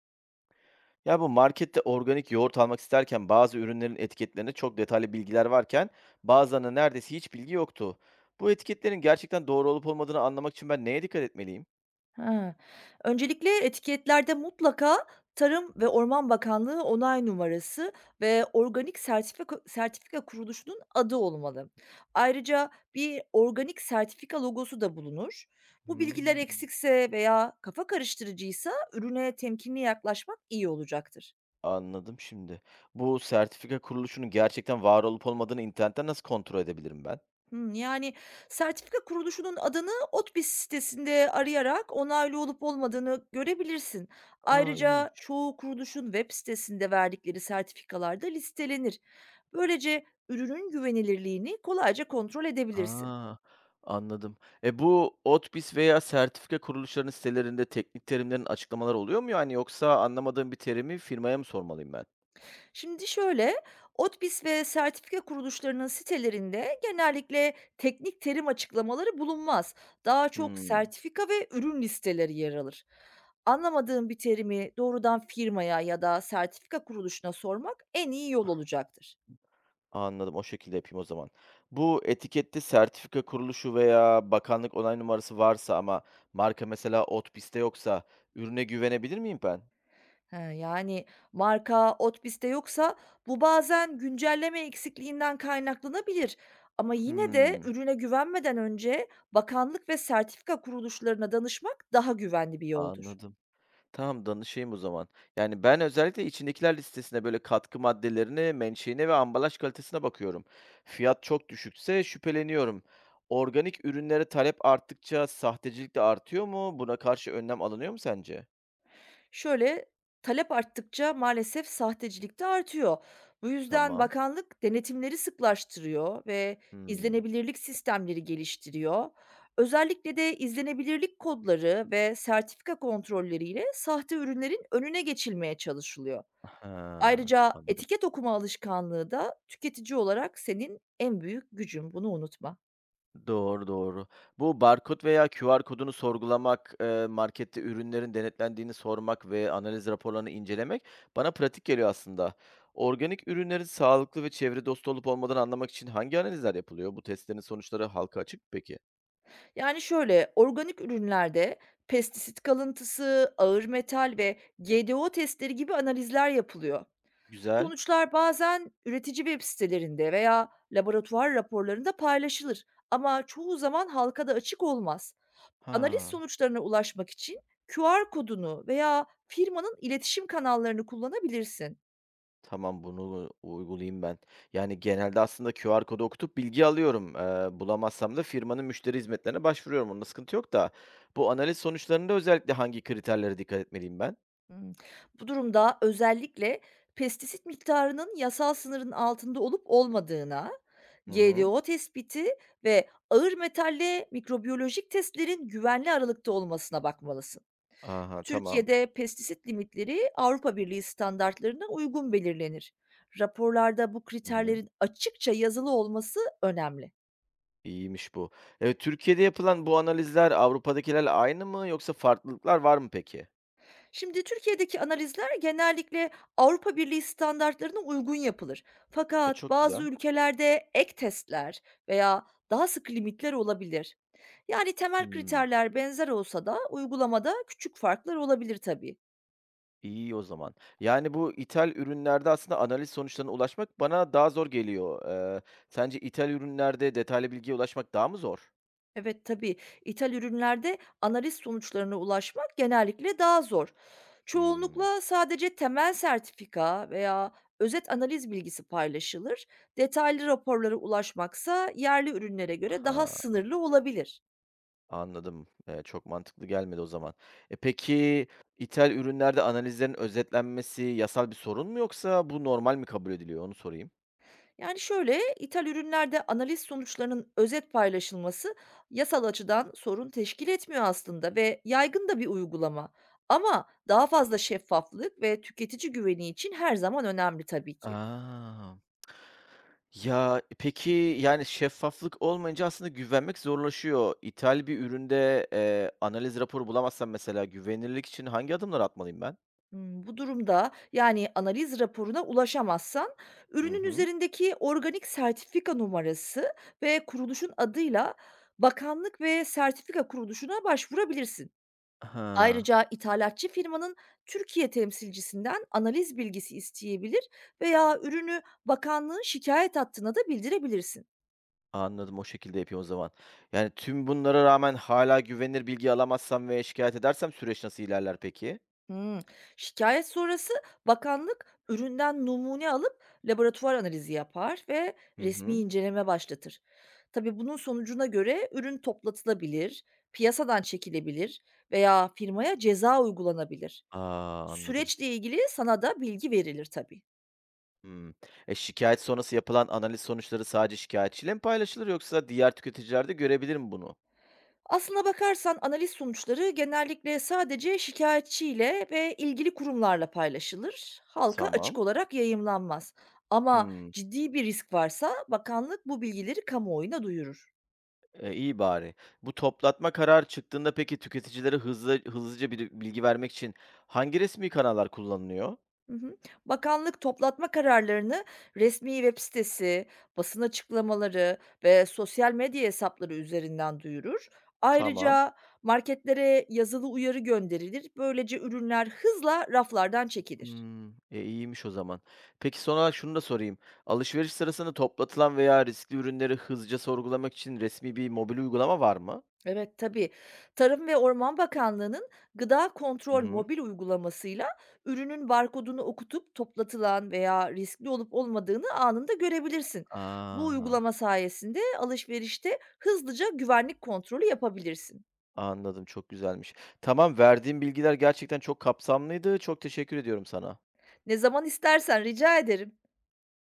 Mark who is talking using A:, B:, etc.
A: Ya bu markette organik yoğurt almak isterken bazı ürünlerin etiketlerinde çok detaylı bilgiler varken bazılarında neredeyse hiç bilgi yoktu. Bu etiketlerin gerçekten doğru olup olmadığını anlamak için ben neye dikkat etmeliyim?
B: He. Öncelikle etiketlerde mutlaka Tarım ve Orman Bakanlığı onay numarası ve organik sertifika kuruluşunun adı olmalı. Ayrıca bir organik sertifika logosu da bulunur. Bu bilgiler
A: Hmm.
B: eksikse veya kafa karıştırıcıysa ürüne temkinli yaklaşmak iyi olacaktır.
A: Anladım şimdi. Bu sertifika kuruluşunun gerçekten var olup olmadığını internetten nasıl kontrol edebilirim ben?
B: Yani, sertifika kuruluşunun adını ODTÜ sitesinde arayarak onaylı olup olmadığını görebilirsin.
A: Aa,
B: Ayrıca
A: iyiymiş.
B: çoğu kuruluşun web sitesinde verdikleri sertifikalar da listelenir. Böylece ürünün güvenilirliğini kolayca kontrol edebilirsin.
A: Aa, anladım. E, bu Otbis veya sertifika kuruluşlarının sitelerinde teknik terimlerin açıklamaları oluyor mu, yani yoksa anlamadığım bir terimi firmaya mı sormalıyım ben?
B: Şimdi şöyle, Otbis ve sertifika kuruluşlarının sitelerinde genellikle teknik terim açıklamaları bulunmaz. Daha çok
A: Hmm.
B: sertifika ve ürün listeleri yer alır. Anlamadığın bir terimi doğrudan firmaya ya da sertifika kuruluşuna sormak en iyi yol olacaktır.
A: Anladım, o şekilde yapayım o zaman. Bu etikette sertifika kuruluşu veya bakanlık onay numarası varsa ama marka mesela Otpiste yoksa ürüne güvenebilir miyim ben?
B: He, yani marka Otbis'te yoksa bu bazen güncelleme eksikliğinden kaynaklanabilir. Ama yine de
A: Hmm,
B: ürüne güvenmeden önce bakanlık ve sertifika kuruluşlarına danışmak daha güvenli bir yoldur.
A: anladım. Tamam, danışayım o zaman. Yani ben özellikle içindekiler listesine, böyle katkı maddelerine, menşeine ve ambalaj kalitesine bakıyorum. Fiyat çok düşükse şüpheleniyorum. Organik ürünlere talep arttıkça sahtecilik de artıyor mu? Buna karşı önlem alınıyor mu sence?
B: Şöyle, talep arttıkça maalesef sahtecilik de artıyor. Bu yüzden
A: Tamam.
B: bakanlık denetimleri sıklaştırıyor ve
A: Hmm.
B: izlenebilirlik sistemleri geliştiriyor. Özellikle de izlenebilirlik kodları ve sertifika kontrolleriyle sahte ürünlerin önüne geçilmeye çalışılıyor.
A: Aha,
B: Ayrıca
A: anladım.
B: etiket okuma alışkanlığı da tüketici olarak senin en büyük gücün. Bunu unutma.
A: Doğru, doğru. Bu barkod veya QR kodunu sorgulamak, markette ürünlerin denetlendiğini sormak ve analiz raporlarını incelemek bana pratik geliyor aslında. Organik ürünlerin sağlıklı ve çevre dostu olup olmadığını anlamak için hangi analizler yapılıyor? Bu testlerin sonuçları halka açık mı peki?
B: Yani şöyle, organik ürünlerde pestisit kalıntısı, ağır metal ve GDO testleri gibi analizler yapılıyor.
A: Güzel.
B: Sonuçlar bazen üretici web sitelerinde veya laboratuvar raporlarında paylaşılır ama çoğu zaman halka da açık olmaz. Analiz
A: Ha,
B: sonuçlarına ulaşmak için QR kodunu veya firmanın iletişim kanallarını kullanabilirsin.
A: tamam, bunu uygulayayım ben. Yani genelde aslında QR kodu okutup bilgi alıyorum. Bulamazsam da firmanın müşteri hizmetlerine başvuruyorum. Onda sıkıntı yok da. Bu analiz sonuçlarında özellikle hangi kriterlere dikkat etmeliyim ben?
B: Hımm. Bu durumda özellikle pestisit miktarının yasal sınırın altında olup olmadığına,
A: Hı hı.
B: GDO tespiti ve ağır metalle mikrobiyolojik testlerin güvenli aralıkta olmasına bakmalısın.
A: Aha, tamam.
B: Türkiye'de pestisit limitleri Avrupa Birliği standartlarına uygun belirlenir. Raporlarda bu
A: Hı hı.
B: kriterlerin açıkça yazılı olması önemli.
A: İyiymiş bu. Türkiye'de yapılan bu analizler Avrupa'dakilerle aynı mı yoksa farklılıklar var mı peki?
B: Şimdi Türkiye'deki analizler genellikle Avrupa Birliği standartlarına uygun yapılır.
A: E,
B: Fakat
A: çok
B: bazı
A: güzel.
B: ülkelerde ek testler veya daha sıkı limitler olabilir. Yani temel
A: Hımm,
B: kriterler benzer olsa da uygulamada küçük farklar olabilir tabii.
A: iyi o zaman. Yani bu ithal ürünlerde aslında analiz sonuçlarına ulaşmak bana daha zor geliyor. Sence ithal ürünlerde detaylı bilgiye ulaşmak daha mı zor?
B: Evet, tabii. İthal ürünlerde analiz sonuçlarına ulaşmak genellikle daha zor.
A: Hımm.
B: Çoğunlukla sadece temel sertifika veya özet analiz bilgisi paylaşılır. Detaylı raporlara ulaşmaksa yerli ürünlere göre daha
A: Ha,
B: sınırlı olabilir.
A: anladım. Çok mantıklı gelmedi o zaman. E, peki ithal ürünlerde analizlerin özetlenmesi yasal bir sorun mu yoksa bu normal mi kabul ediliyor? Onu sorayım.
B: Yani şöyle, ithal ürünlerde analiz sonuçlarının özet paylaşılması yasal açıdan sorun teşkil etmiyor aslında ve yaygın da bir uygulama. Ama daha fazla şeffaflık ve tüketici güveni için her zaman önemli tabii ki.
A: A! Ya, peki, yani şeffaflık olmayınca aslında güvenmek zorlaşıyor. İthal bir üründe, analiz raporu bulamazsam mesela güvenilirlik için hangi adımlar atmalıyım ben?
B: Bu durumda, yani, analiz raporuna ulaşamazsan
A: Hı
B: ürünün
A: hı.
B: üzerindeki organik sertifika numarası ve kuruluşun adıyla bakanlık ve sertifika kuruluşuna başvurabilirsin.
A: Ha,
B: Ayrıca ithalatçı firmanın Türkiye temsilcisinden analiz bilgisi isteyebilir veya ürünü bakanlığın şikâyet hattına da bildirebilirsin.
A: anladım, o şekilde yapayım o zaman. Yani tüm bunlara rağmen hala güvenilir bilgi alamazsam ve şikayet edersem süreç nasıl ilerler peki?
B: Hımm. Şikâyet sonrası bakanlık üründen numune alıp laboratuvar analizi yapar ve
A: Hı
B: resmi
A: hı.
B: inceleme başlatır. Tabii bunun sonucuna göre ürün toplatılabilir, piyasadan çekilebilir veya firmaya ceza uygulanabilir.
A: Aa, anladım.
B: Süreçle ilgili sana da bilgi verilir tabii.
A: Hımm. E, şikayet sonrası yapılan analiz sonuçları sadece şikâyetçiyle mi paylaşılır yoksa diğer tüketiciler de görebilir mi bunu?
B: Aslına bakarsan analiz sonuçları genellikle sadece şikayetçiyle ve ilgili kurumlarla paylaşılır. Halka açık
A: Tamam.
B: olarak yayımlanmaz. Ama
A: Hımm.
B: ciddi bir risk varsa bakanlık bu bilgileri kamuoyuna duyurur.
A: E, iyi bari. Bu toplatma kararı çıktığında peki tüketicilere hızlı hızlıca bir bilgi vermek için hangi resmi kanallar kullanılıyor?
B: Hı hı. Bakanlık toplatma kararlarını resmi web sitesi, basın açıklamaları ve sosyal medya hesapları üzerinden duyurur.
A: Tamam.
B: Ayrıca marketlere yazılı uyarı gönderilir. Böylece ürünler hızla raflardan çekilir.
A: Hmm, e, iyiymiş o zaman. Peki son olarak şunu da sorayım. Alışveriş sırasında toplatılan veya riskli ürünleri hızlıca sorgulamak için resmi bir mobil uygulama var mı?
B: Evet, tabii. Tarım ve Orman Bakanlığı'nın Gıda
A: Hı
B: Kontrol
A: hı.
B: mobil uygulamasıyla ürünün barkodunu okutup toplatılan veya riskli olup olmadığını anında görebilirsin. Bu
A: Aa,
B: uygulama sayesinde alışverişte hızlıca güvenlik kontrolü yapabilirsin.
A: anladım. Çok güzelmiş. Tamam, verdiğin bilgiler gerçekten çok kapsamlıydı. Çok teşekkür ediyorum sana.
B: Ne zaman istersen rica ederim.